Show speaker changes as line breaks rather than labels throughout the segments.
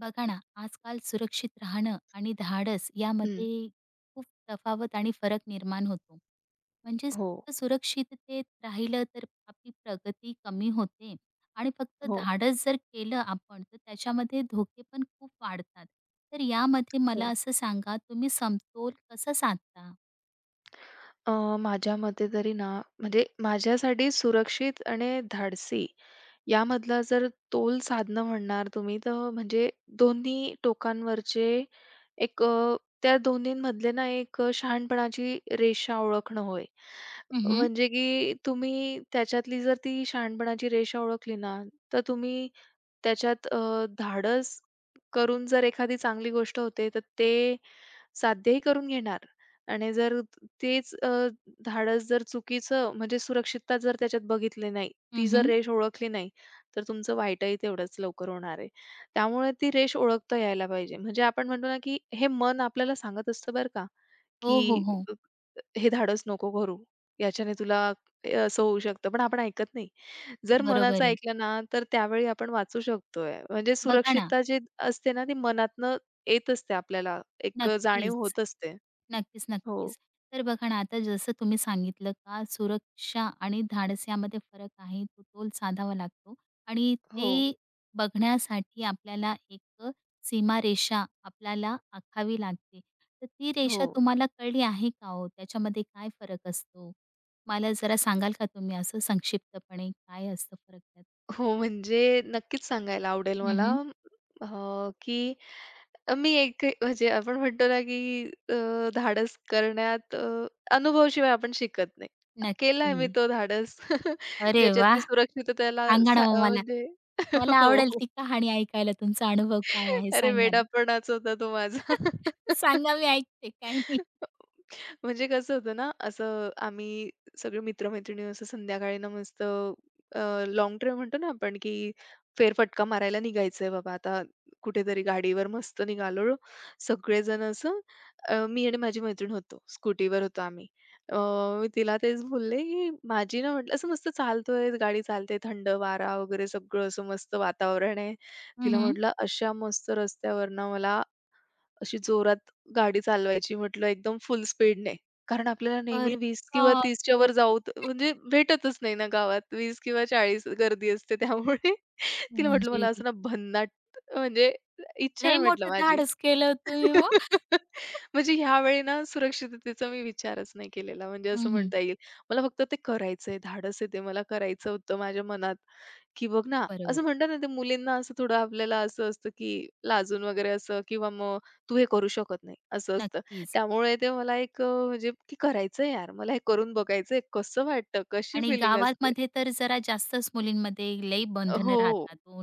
बघा ना, आजकाल सुरक्षित राहणं आणि धाडस
हं.
यामध्ये खूप तफावत आणि फरक निर्माण होतो. म्हणजेच
हो,
फक्त सुरक्षिततेत राहिलं तर आपली प्रगती कमी होते आणि फक्त
हो,
धाडस जर केलं आपण तर त्याच्यामध्ये धोके पण खूप वाढतात. तर यामध्ये
हो.
मला असं सांगा तुम्ही समतोल कसा साधता?
अ, माझ्या मते तरी ना, म्हणजे माझ्यासाठी सुरक्षित आणि धाडसी यामधला जर तोल साधणं म्हणणार तुम्ही, तर म्हणजे दोन्ही टोकांवरचे एक अ, त्या दोन्हींमधले ना शहाणपणाची रेषा ओळखणं होय.
हं, हं.
म्हणजे की तुम्ही त्याच्यातली जर ती शहाणपणाची रेषा ओळखली ना, तर तुम्ही त्याच्यात धाडस करून जर एखादी चांगली गोष्ट होते, तर ते साध्यही करून घेणार आणि जर तेच अ, धाडस जर चुकीचं म्हणजे सुरक्षितता जर त्याच्यात बघितली नाही, ती जर रेष ओळखली नाही, तर तुमचं वाईटही तेवढंच लवकर होणार आहे. त्यामुळे ती रेष ओळखता यायला पाहिजे. म्हणजे आपण म्हणतो ना, की हे मन आपल्याला सांगत असतं बरं का.
हो, हो,
की
हो.
अ, हे धाडस नको करू. याच्याने तुला हे असं होऊ शकतं. पण आपण ऐकत नाही. जर मनाचं
बरोबर आहे.
ऐकलं ना, तर त्यावेळी आपण वाचू शकतोय. म्हणजे
बघा ना.
सुरक्षितता जी असते ना, ती मनातनं येत असते आपल्याला. जाणीव
नक्कीच.
होत असते.
नक्कीच,
हो,
नक्कीच. तर बघा ना, आता जसं तुम्ही सांगितलं का सुरक्षा आणि धाडस यामध्ये फरक आहे, तो तोल साधावा लागतो आणि
हो,
ते बघण्यासाठी आपल्याला एक सीमारेषा आपल्याला आखावी लागते. तर ती
हो.
रेषा तुम्हाला कळली आहे का हो? त्याच्यामध्ये काय फरक असतो? मला जरा सांगाल का तुम्ही असं संक्षिप्तपणे काय असतं फरक त्यात?
हो, म्हणजे नक्कीच सांगायला आवडेल मला.
हं,
अ, की मी एक म्हणजे आपण म्हणतो ना, की धाडस करण्यात, अनुभवाशिवाय आपण शिकत नाही. केलाय
नक्की.
मी तो धाडस.
अरे
ज्याच्यात
वाह!
मी सुरक्षिततेला
सांगा
सा
ना
अ,
मग मला.
म्हणजे.
मला
हो,
आवडेल
हो.
ती कहाणी ऐकायला. तुमचा अनुभव काय आहे?
अरे
सांगा ना.
वेडापणाच होता तो माझा.
सांगा मी ऐकते, काही नाही.
म्हणजे कसं होतं ना, असं आम्ही सगळे मित्र-मैत्रिणी असं संध्याकाळी ना मस्त लाँग ड्राईव्ह म्हणतो ना आपण, की फेरफटका मारायला निघायचंय बाबा आता कुठेतरी गाडीवर मस्त निघालो. सगळेजण असं. मी आणि माझी मैत्रीण होतो. स्कूटीवर होतो आम्ही. अ, मी तिला तेच बोलले, की माझी ना म्हटलं असं मस्त चालतोय, गाडी चालते, थंड वारा वगैरे सगळं असं मस्त वातावरण आहे.
हं,
तिला
हं.
म्हटलं, "अशा मस्त रस्त्यावरनं मला अशी जोरात गाडी चालवायची म्हटलं एकदम फुल स्पीडने. कारण आपल्याला नेहमी
अरे
20 किंवा 30 च्या
बापरे!
वर जाऊ म्हणजे भेटतच नाही ना गावात 20 किंवा 40 गर्दी असते त्यामुळे तिला म्हटलं
म्हणजे
मला असं ना भन्नाट म्हणजे इच्छा आहे
लय
म्हटलं
मोठं
माझी.
धाडस केलं तुम्ही मग?
म्हणजे ह्यावेळी ना सुरक्षिततेचा मी विचारच नाही केलेला म्हणजे असं
हं, हं.
म्हणता येईल. मला फक्त ते करायचंय, धाडस आहे ते मला करायचं होतं माझ्या मनात, की बघ ना,
बरोबर
असं
आहे.
म्हणतात ना, ते मुलींना असं थोडं आपल्याला असं असतं, की लाजून वगैरे असं किंवा मग तू हे करू शकत नाही असं असतं.
नक्कीच.
त्यामुळे ते मला म्हणजे की करायचंय यार, मला हे करून बघायचंय, कसं वाटतं, कशी
आणि
फिलिंग असते?
गावामध्ये तर जरा जास्तच मुलींमध्ये लई बंधनं
हो.
राहतात. तो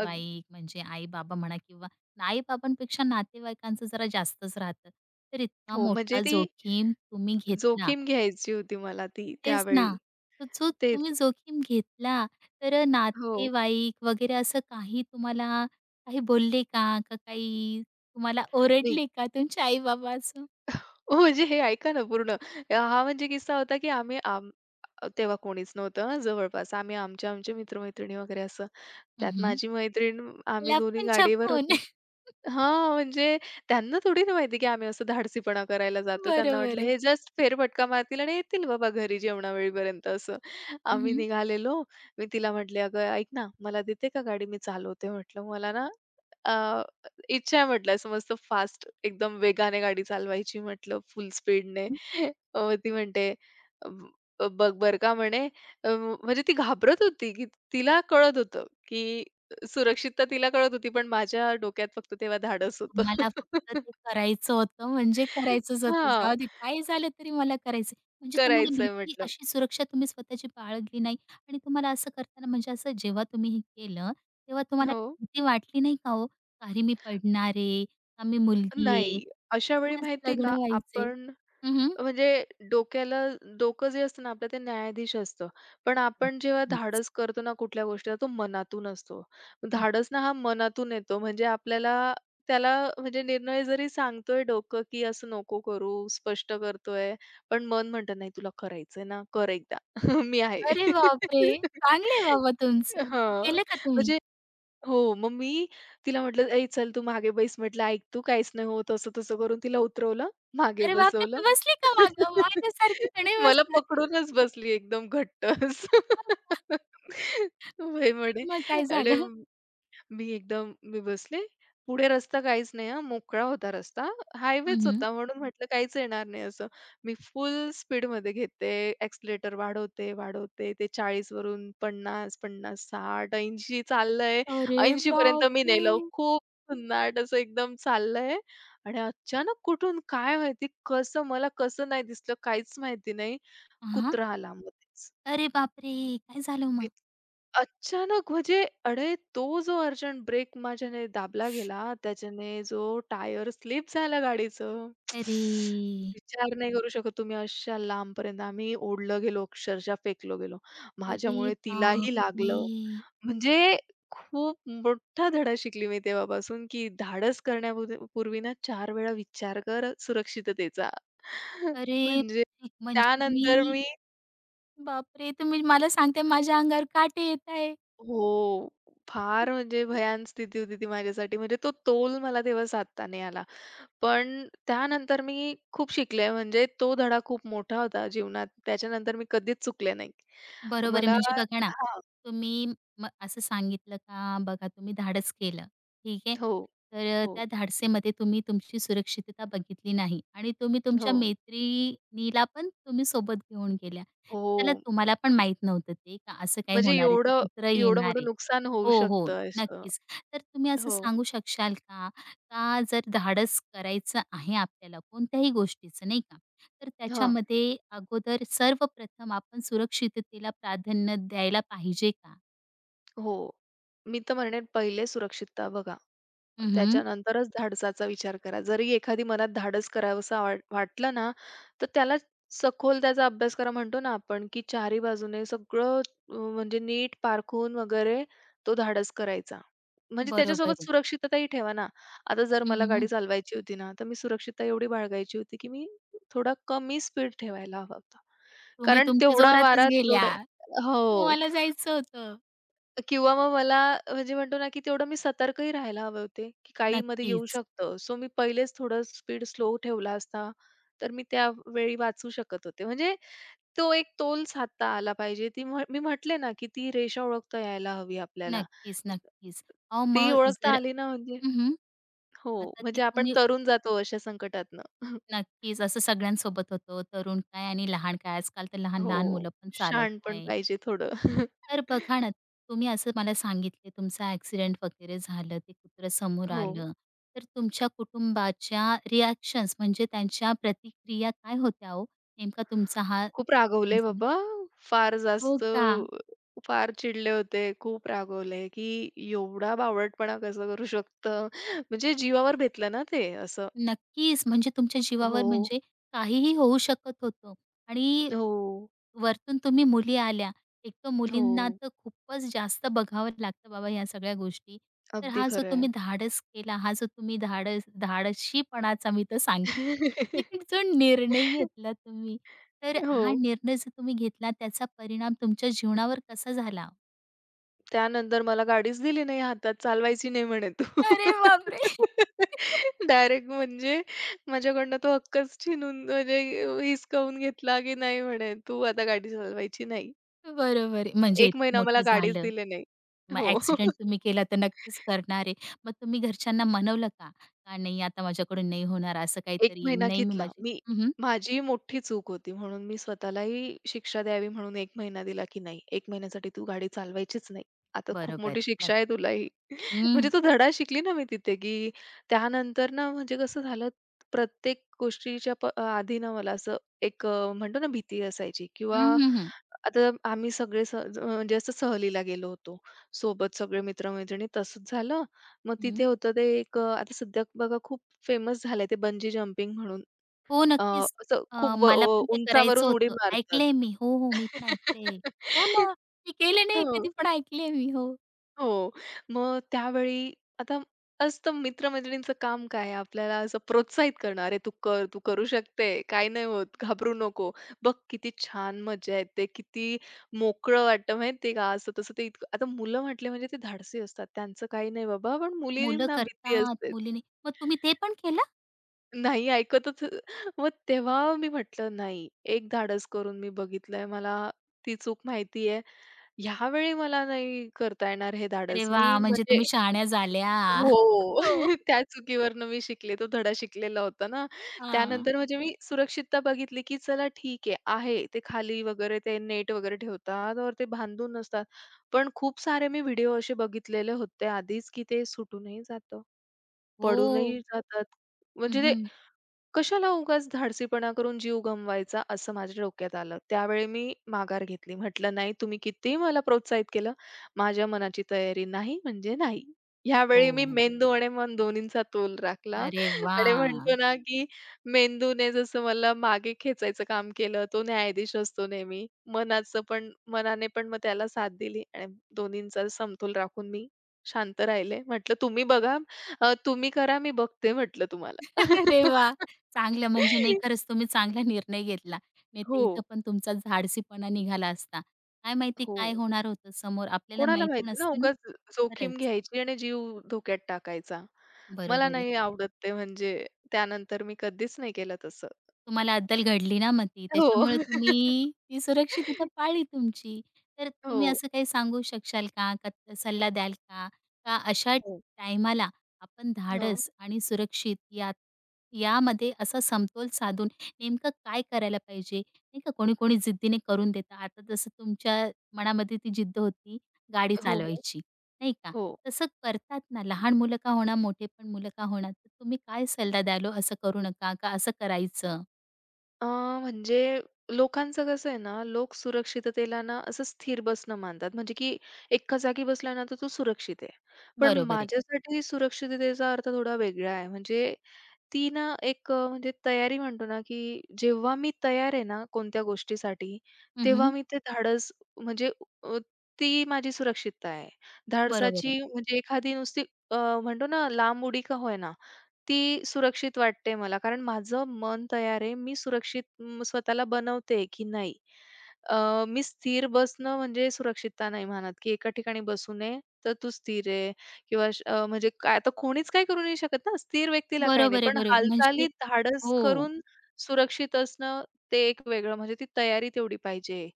अग
म्हणजे आई-बाबा म्हणा किंवा आई-बाबांपेक्षा नातेवाईकांचं जरा जास्तच राहतं. तर इतका
हो, म्हणजे
मोठा
ती
जोखीम तुम्ही घेतला
जोखीम घ्यायची होती मला ती
तेच ना.
त्यावेळी.
तर जो
तेच.
तुम्ही जोखीम घेतला, तर
हो.
नातेवाईक वगैरे असं काही तुम्हाला काही बोलले का? का काही तुम्हाला
नाही
ओरडले का तुमचे आई-बाबा असं?
हो, म्हणजे हे ऐका ना पूर्ण. हा म्हणजे किस्सा होता, की आम्ही आम तेव्हा कोणीच नव्हतं हां, जवळपास. आम्ही आमचे-आमचे मित्र-मैत्रिणी वगैरे असं. त्यात
हं,
माझी मैत्रीण, आम्ही दोन्ही गाडीवर
लपून-छपून.
होतो. हां, म्हणजे त्यांना थोडी ना माहिती की आम्ही असं धाडसीपणा करायला जातो. त्यांना
बरोबर
वाटलं
आहे.
हे जस्ट फेरफटका मारतील आणि येतील बाबा घरी जेवणावेळीपर्यंत असं. आम्ही
हं,
निघालेलो. मी तिला म्हटले, "अगं ऐक ना, मला देते का गाडी? मी चालवते." म्हटलं, "मला ना अ, इच्छा आहे," म्हटलं, "असं मस्त फास्ट एकदम वेगाने गाडी चालवायची," म्हटलं, "फुल स्पीडने." ती म्हणते, "बघ बरं का," म्हणे. अ, म्हणजे ती घाबरत होती की तिला कळत होतं की सुरक्षितता तिला कळत होती, पण माझ्या डोक्यात फक्त तेव्हा धाडस होतं.
तुम्हाला फक्त ते करायचं होतं म्हणजे करायचंच होतं.
हां,
जाऊ दे काय झालं तरी मला करायचं आहे. म्हणजे तुम्हाला
करायचंय
भीती
म्हटलं.
अशी सुरक्षा तुम्ही स्वतःची बाळगली नाही आणि तुम्हाला असं करताना म्हणजे असं जेव्हा तुम्ही हे केलं, तेव्हा तुम्हाला
हो.
भीती वाटली नाही का हो? "अरे मी पडणार आहे, का मी मुलगी आहे,
नाही, अशा वेळी
माझं
माहिती आहे का
लग्न व्हायचंय."
आपण
हं, हं.
म्हणजे डोक्याला डोकं जे असतं ना आपलं ते न्यायाधीश असतं. पण आपण जेव्हा
नक्कीच.
धाडस करतो ना कुठल्या गोष्टीला तो मनातून असतो. धाडस ना हा मनातून येतो म्हणजे आपल्याला त्याला म्हणजे निर्णय जरी सांगतोय डोकं, की असं नको करू, स्पष्ट करतोय, पण मन म्हणतं नाही तुला करायचंय ना, कर एकदा. मी आहे.
अरे बापरे! चांगलं बाबा तुमचं. मग
हां.
केलं का तुम्ही?
म्हणजे हो, मग मी तिला म्हटलं, "ए चल तू मागे बैस" म्हटलं, "ऐक तू काहीच नाही होत." असं-तसं करून तिला उतरवलं, मागे
अरे बापरे!
बसवलं.
मी बसली का मागं? माझ्यासारखी तर नाही
मला
बसणार.
पकडूनच बसली एकदम घट्ट असं. होय म्हणे.
मग काय
आणि
झालं?
मी एकदम बसले. पुढे रस्ता काहीच नाही हां, मोकळा होता रस्ता. हायवेच
हं,
होता म्हणून हं. म्हटलं काहीच येणार नाही असं. मी फुल स्पीडमध्ये घेते, एक्सेलेरेटर वाढवते, वाढवते. ते 40 वरून 50, 50, 60, 80 चाललंय.
अरे
80 पर्यंत मी
बापरे!
नेलं. खूप भन्नाट असं एकदम चाललंय आणि अचानक कुठून काय माहिती कसं मला कसं नाही दिसलं काहीच माहिती नाही.
हां.
कुत्रा आला मध्येच.
अरे बापरे! काय झालं मग?
अचानक म्हणजे अरे, तो जो अर्जंट ब्रेक माझ्याने दाबला गेला, त्याच्याने जो टायर स्लिप झालं गाडीचं.
अरे!
विचार नाही करू शकत तुम्ही अशा लांबपर्यंत आम्ही ओढलं गेलो, अक्षरशः फेकलो गेलो.
अरे
माझ्यामुळे तिलाही
बापरे!
लागलं. म्हणजे खूप मोठा धडा शिकली मी तेव्हापासून, की धाडस करण्यापूर्वी ना 4 वेळा विचार कर सुरक्षिततेचा.
अरे!
म्हणजे
म्हणजे
त्यानंतर
तुम्ही
मी.
बापरे! तुम्ही मला सांगताय माझ्या अंगावर काटे येत आहे.
हो. फार म्हणजे भयान स्थिती होती ती माझ्यासाठी. म्हणजे तो तोल मला तेव्हा साधता नाही आला. पण त्यानंतर मी खूप शिकले. म्हणजे तो धडा खूप मोठा होता जीवनात. त्याच्यानंतर मी कधीच चुकले नाही.
बरोबर आहे.
मला
म्हणजे बघा ना,
हां.
तुम्ही मग असं सांगितलं का बघा तुम्ही धाडस केलं, ठीक आहे.
हो.
तर
हो.
त्या धाडसेमध्ये तुम्ही तुमची सुरक्षितता बघितली नाही आणि तुम्ही
हो.
तुमच्या मैत्रिणीला पण तुम्ही सोबत घेऊन गेल्या.
हो.
चला तुम्हाला पण माहीत नव्हतं ते का असं काही
म्हणजे
होणार आहे, ते
एवढं
कुत्रं
एवढं
येणार
मोठं
आहे.
नुकसान होऊ
हो, हो.
शकतं असं.
नक्कीच. तर तुम्ही असं
हो.
सांगू शकशाल का, का जर धाडस करायचं आहे आपल्याला कोणत्याही गोष्टीचं नाही का, तर
हां.
त्याच्यामध्ये अगोदर सर्वप्रथम आपण सुरक्षिततेला प्राधान्य द्यायला पाहिजे का?
हो. मी तर म्हणेन पहिले सुरक्षितता बघा.
हं, हं.
त्याच्यानंतरच धाडसाचा विचार करा. जरी एखादी मनात धाडस करावसं वाटलं ना, तर त्याला सखोल त्याचा अभ्यास करा म्हणतो ना आपण, की चारी बाजूने सगळं म्हणजे नीट पारखून वगैरे तो धाडस करायचा. म्हणजे
बरोबर
त्याच्यासोबत
आहे.
सुरक्षितताही ठेवा ना. आता जर
हं,
मला गाडी
हं.
चालवायची होती ना, तर मी सुरक्षितता एवढी बाळगायची होती, की मी थोडा कमी स्पीड ठेवायला हवा होता.
तुम्ही
कारण
तुमच्या
तेवढा
जोरातच
वारा तेवढं
गेल्या.
हो.
तुम्हाला जायचं होतं.
किंवा मग मला म्हणजे म्हणतो ना, की तेवढं मी सतर्कही राहायला हवे होते, की काही मध्ये येऊ
नक्कीच,
शकतं. सो मी पहिलेच थोडं स्पीड स्लो ठेवला असता, तर मी त्यावेळी वाचू शकत होते. म्हणजे तो एक तोल साधता आला पाहिजे. ती म्ह मी म्हटले ना, की ती रेषा ओळखता यायला हवी आपल्याला.
नक्कीच, नक्कीच. अहो,
ती
मग
ओळखता
जर
आली ना म्हणजे
हं,
हो,
आता ती
म्हणजे आपण
तुम्ही
तरून जातो अशा संकटातनं.
नक्कीच. असं सगळ्यांसोबत होतं, तरुण काय आणि लहान काय. आजकाल तर
हो,
लहान-लहान मुलं पण चालवत
शहाणपण
आहे.
पाहिजे थोडं.
तर बघा ना, तुम्ही असं मला सांगितले तुमचा ॲक्सिडेंट वगैरे झालं, ते कुत्रं समोर
हो.
आलं. तर तुमच्या कुटुंबाच्या रिॲक्शन्स म्हणजे त्यांच्या प्रतिक्रिया काय होत्या हो? नेमका तुमचा हा
खूप रागवले
ॲक्सिडेंट झाला
बाबा. फार
हो
जास्त
का?
फार चिडले होते. खूप रागवले, की एवढा बावळटपणा कसं करू शकतं. म्हणजे जीवावर बेतलं ना ते असं.
नक्कीच. म्हणजे तुमच्या जीवावर
हो,
म्हणजे काहीही होऊ शकत होतं आणि
हो,
वरतून तुम्ही मुली आल्या. एक तर मुलींना
हो.
तर खूपच जास्त बघावं लागतं बाबा ह्या सगळ्या गोष्टी. तर
अगदी
हा जो
खरं आहे.
तुम्ही धाडस केला, हा जो तुम्ही धाडस धाडशीपणाचा मी तर सांगते. एक जो निर्णय घेतला तुम्ही, तर
हो.
हा निर्णय जो तुम्ही घेतला त्याचा परिणाम तुमच्या जीवनावर कसा झाला?
त्यानंतर मला गाडीच दिली नाही हातात. चालवायची नाही म्हणे तू.
अरे बापरे!
डायरेक्ट म्हणजे माझ्याकडनं तो हक्कच छीनून म्हणजे हिसकावून घेतला, की नाही म्हणे, "तू आता गाडी चालवायची नाही."
बरोबर आहे. म्हणजे
एक
इतकं
महिना मला
मोठं
गाडीच
झालं.
दिली नाही.
मग
हो.
ॲक्सिडेंट तुम्ही केला तर नक्कीच करणार आहे. मग तुम्ही घरच्यांना मनवलं का? का नाही आता माझ्याकडून नाही होणार असं
एक
काहीतरी,
महिना
नाही मी
घेतला.
माझी
मी
हं, हं.
माझी मोठी चूक होती म्हणून मी स्वतःलाही शिक्षा द्यावी म्हणून एक महिना दिला, की नाही 1 महिन्यासाठी तू गाडी चालवायचीच नाही. आता खूप
बरोबर
मोठी
आहे.
शिक्षा आहे
नक्की.
तुला ही. म्हणजे
हं.
तो धडा शिकली ना मी तिथे, की त्यानंतर ना म्हणजे कसं झालं प्रत्येक गोष्टीच्या आधी ना मला असं म्हणतो ना भीती असायची किंवा
हं, हं, हं.
आता आम्ही सगळे म्हणजे असं सहलीला गेलो होतो. सोबत सगळे मित्र तसंच झालं मग तिथे
हं.
होतं ते आता सध्या बघा खूप फेमस झालंय ते बंजी जंपिंग म्हणून.
हो,
अ,
नक्कीच.
असं खूप
मला पण ते करायचं
उंचावरून उडी
होतं.
मारतात.
ऐकलंय मी. हो, हो. मी पण ऐकलंय. हो ना. मी केलं नाही
हो.
कधी पण ऐकलंय मी. हो.
हो. मग त्यावेळी आता असतं मित्र-मैत्रिणींचं काम काय आपल्याला असं प्रोत्साहित करणं, "अरे तू कर, तू करू शकते. काही नाही होत, घाबरू नको. बघ किती छान मजा येते, किती मोकळं वाटतं." माहिती आहे का असं-तसं ते इतकं आता मुलं म्हटले म्हणजे ते धाडसी असतात. त्यांचं काही नाही बाबा, पण
मुलं
मुलींना भीती
करतात,
असतेच.
मुली मग तुम्ही ते पण केलं?
नाही ऐकतच मग तेव्हा मी म्हटलं, "नाही, एक धाडस करून मी बघितलंय. मला ती चूक माहिती आहे. ह्यावेळी मला नाही करता येणार हे
अरे
धाडस." मी
वाह! म्हणजे
म्हणजे
तुम्ही शहाण्या झाल्या.
हो.
हो.
त्या चुकीवरनं मी शिकले. तो धडा शिकलेला होता ना.
हां.
त्यानंतर म्हणजे मी सुरक्षितता बघितली, की चला ठीक आहे, आहे. ते खाली वगैरे ते नेट वगैरे ठेवतात और ते बांधून नसतात. पण खूप सारे मी व्हिडिओ असे बघितलेले होते आधीच, की ते सुटूनही जातं,
हो.
पडूनही जातात. म्हणजे ते
हं,
कशाला उगाच धाडसीपणा करून जीव गमवायचा, असं माझ्या डोक्यात आलं. त्यावेळी मी माघार घेतली. म्हटलं, "नाही, तुम्ही कितीही मला प्रोत्साहित केलं, माझ्या मनाची तयारी नाही म्हणजे नाही." ह्यावेळी मी
हो.
मेंदू आणि मन दोन्हींचा तोल राखला
अरे
आणि म्हणतो
वाह!
ना, की मेंदूने जसं मला मागे खेचायचं काम केलं, तो न्यायाधीश असतो नेहमी. मनाचं पण मनाने पण मग त्याला साथ दिली आणि दोन्हींचा समतोल राखून मी शांत राहिले. म्हटलं, "तुम्ही बघा, तुम्ही करा, मी बघते," म्हटलं तुम्हाला.
अरे वाह! चांगलं म्हणजे नाही खरंच तुम्ही चांगला निर्णय घेतला. नाही तर
हो,
इथं पण तुमचा धाडसीपणा निघाला असता. काय माहिती
हो.
काय होणार होतं समोर आपल्याला
कोणाला
माहिती
माहिती ना
नसतं ना.
उगाच जोखीम
खरंच,
घ्यायची आणि जीव धोक्यात टाकायचा. मला
बरोबर आहे.
नाही आवडत ते म्हणजे त्यानंतर मी कधीच नाही केलं तसं.
तुम्हाला अद्दल घडली ना मग ती.
हो.
त्याच्यामुळे तुम्ही ती सुरक्षित तिथं पाळली तुमची. तर तुम्ही
हो,
असं काही सांगू शकशाल का? का सल्ला द्याल का? का अशा
हो.
टायमाला आपण
हो,
धाडस आणि सुरक्षित यात यामध्ये असा समतोल साधून नेमकं काय करायला पाहिजे? नाही का कोणी-कोणी जिद्दीने करून देतं. आता जसं तुमच्या मनामध्ये ती जिद्द होती गाडी
हो, हो,
चालवायची, नाही का?
हो.
तसं करतात ना लहान मुलं का होणार, मोठे पण मुलं का होणार. तर तुम्ही काय सल्ला द्याल हो असं करू नका, का असं करायचं?
अ, म्हणजे लोकांचं कसं आहे ना, लोक सुरक्षिततेला ना असं स्थिर बसणं मानतात. म्हणजे की एका जागी बसला ना, तर तो सुरक्षित आहे. पण
बरोबर आहे.
माझ्यासाठी सुरक्षिततेचा अर्थ थोडा वेगळा आहे. म्हणजे ती ना म्हणजे तयारी म्हणतो ना, की जेव्हा मी तयार आहे ना कोणत्या गोष्टीसाठी,
हं,
तेव्हा
हं.
मी ते धाडस म्हणजे अ, ती माझी सुरक्षितता आहे.
बरोबर आहे.
धाडसाची म्हणजे एखादी नुसती अ, म्हणतो ना लांब उडी का होय ना, ती सुरक्षित वाटते मला. कारण माझं मन तयार आहे. मी स्वतःला बनवते की नाही. मी स्थिर बसणं म्हणजे सुरक्षितता नाही म्हणत, की एका ठिकाणी बसू नये, तर तू स्थिर आहे किंवा म्हणजे काय आता कोणीच काही करू नाही शकत ना, स्थिर व्यक्तीला काही नाही.
बरोबर आहे,
पण
बरोबर. म्हणजे
हालचाली धाडस
हो,
करून सुरक्षित असणं ते एक वेगळं म्हणजे ती तयारी तेवढी पाहिजे,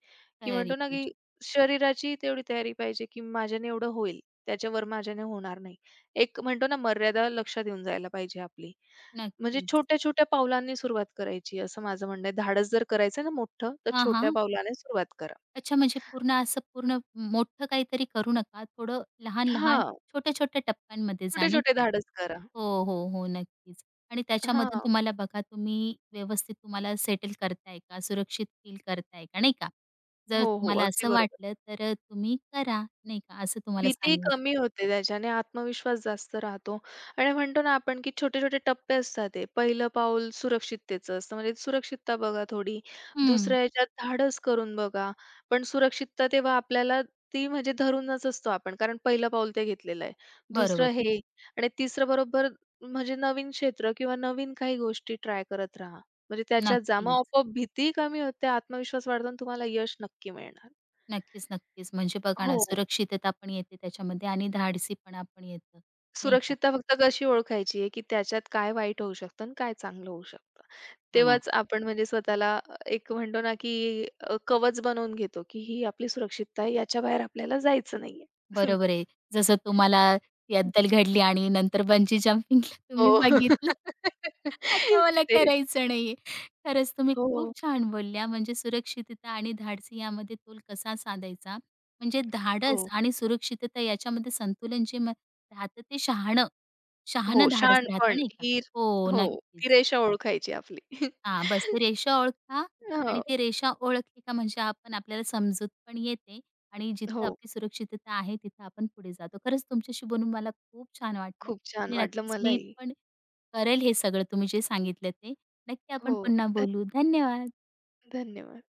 की
तयारी
म्हणतो ना, की
पाहिजे.
शरीराची तेवढी तयारी पाहिजे, की माझ्याने एवढं होईल, त्याच्यावर माझ्याने होणार नाही. एक म्हणतो ना मर्यादा लक्षात येऊन जायला पाहिजे आपली. म्हणजे
नक्कीच.
छोट्या-छोट्या पावलांनी सुरुवात करायची असं माझं म्हणणं आहे. धाडस जर करायचं आहे ना मोठं, तर
हां,
छोट्या
हां.
पावलाने सुरुवात करा.
अच्छा म्हणजे पूर्ण असं पूर्ण मोठं काहीतरी करू नका. थोडं लहान-लहान,
हां,
छोट्या-छोट्या टप्प्यांमध्ये जा, नाही
छोटे-छोटे
का?
धाडस करा.
हो, हो, हो. नक्कीच. आणि त्याच्यामधून
हां.
तुम्हाला बघा तुम्ही व्यवस्थित तुम्हाला सेटल करताय का? सुरक्षित फील करताय का? नाही का? जर
हो, हो.
तुम्हाला
अगदी
असं
बरोबर.
वाटलं तर तुम्ही करा, नाही का? असं तुम्हाला
भीती
सांगायचं.
कमी होते त्याच्याने, आत्मविश्वास जास्त राहतो आणि म्हणतो ना आपण, की छोटे-छोटे टप्पे असतात ते. पहिलं पाऊल सुरक्षिततेचं असतं, म्हणजे सुरक्षितता बघा थोडी.
हं.
दुसऱ्या ह्याच्यात धाडस करून बघा. पण सुरक्षितता तेव्हा आपल्याला ती म्हणजे धरूनच असतो आपण, कारण पहिलं पाऊल ते घेतलेलं आहे. दुसरं
बरोबर.
हे आणि तिसरं बरोबर म्हणजे नवीन क्षेत्र किंवा नवीन काही गोष्टी ट्राय करत राहा. म्हणजे त्याच्यात जा. मग
नक्कीच.
आपोआप भीती कमी होते, आत्मविश्वास वाढतो आणि तुम्हाला यश नक्की मिळणार.
नक्कीच, नक्कीच. म्हणजे बघा ना,
हो.
सुरक्षितता पण येते त्याच्यामध्ये आणि धाडसीपणा पण येतं, नाही का?
सुरक्षितता फक्त कशी ओळखायची आहे, की त्याच्यात काय वाईट होऊ शकतं आणि काय चांगलं होऊ शकतं.
हां,
तेव्हाच आपण म्हणजे स्वतःला एक म्हणतो ना, की कवच बनवून घेतो, की ही आपली सुरक्षितता आहे, याच्या बाहेर आपल्याला जायचं नाहीये.
बरोबर आहे. जसं तुम्हाला ती अद्दल घडली आणि नंतर बंजी जंपिंगला तुम्ही
हो.
बघितलं, आता मला
तेच.
करायचं नाहीये. खरंच तुम्ही खूप
हो,
छान बोलल्या. म्हणजे सुरक्षितता आणि धाडसी यामध्ये तोल कसा साधायचा? म्हणजे धाडस
हो,
आणि सुरक्षितता याच्यामध्ये संतुलन जे राहतं ते शहाणं,
हो.
शहाणं धाडस राहतं,
शहाणपण
नाही का?
ही
हो,
हो, ती
नक्कीच.
रेषा ओळखायची आपली.
हां, बस ते रेषा ओळखा आणि
हो,
ते रेषा ओळखली का म्हणजे आपण आपल्याला समजूत पण येते आणि जिथं
हो.
आपली सुरक्षितता आहे तिथं आपण पुढे जातो. खरंच तुमच्याशी बोलून मला खूप छान वाटलं
खूप छान
आणि
वाटलं
नक्कीच मी
मलाही.
पण करेल हे सगळं तुम्ही जे सांगितलं ते. नक्की आपण
हो.
पुन्हा
धन
बोलू. धन्यवाद.
धन्यवाद.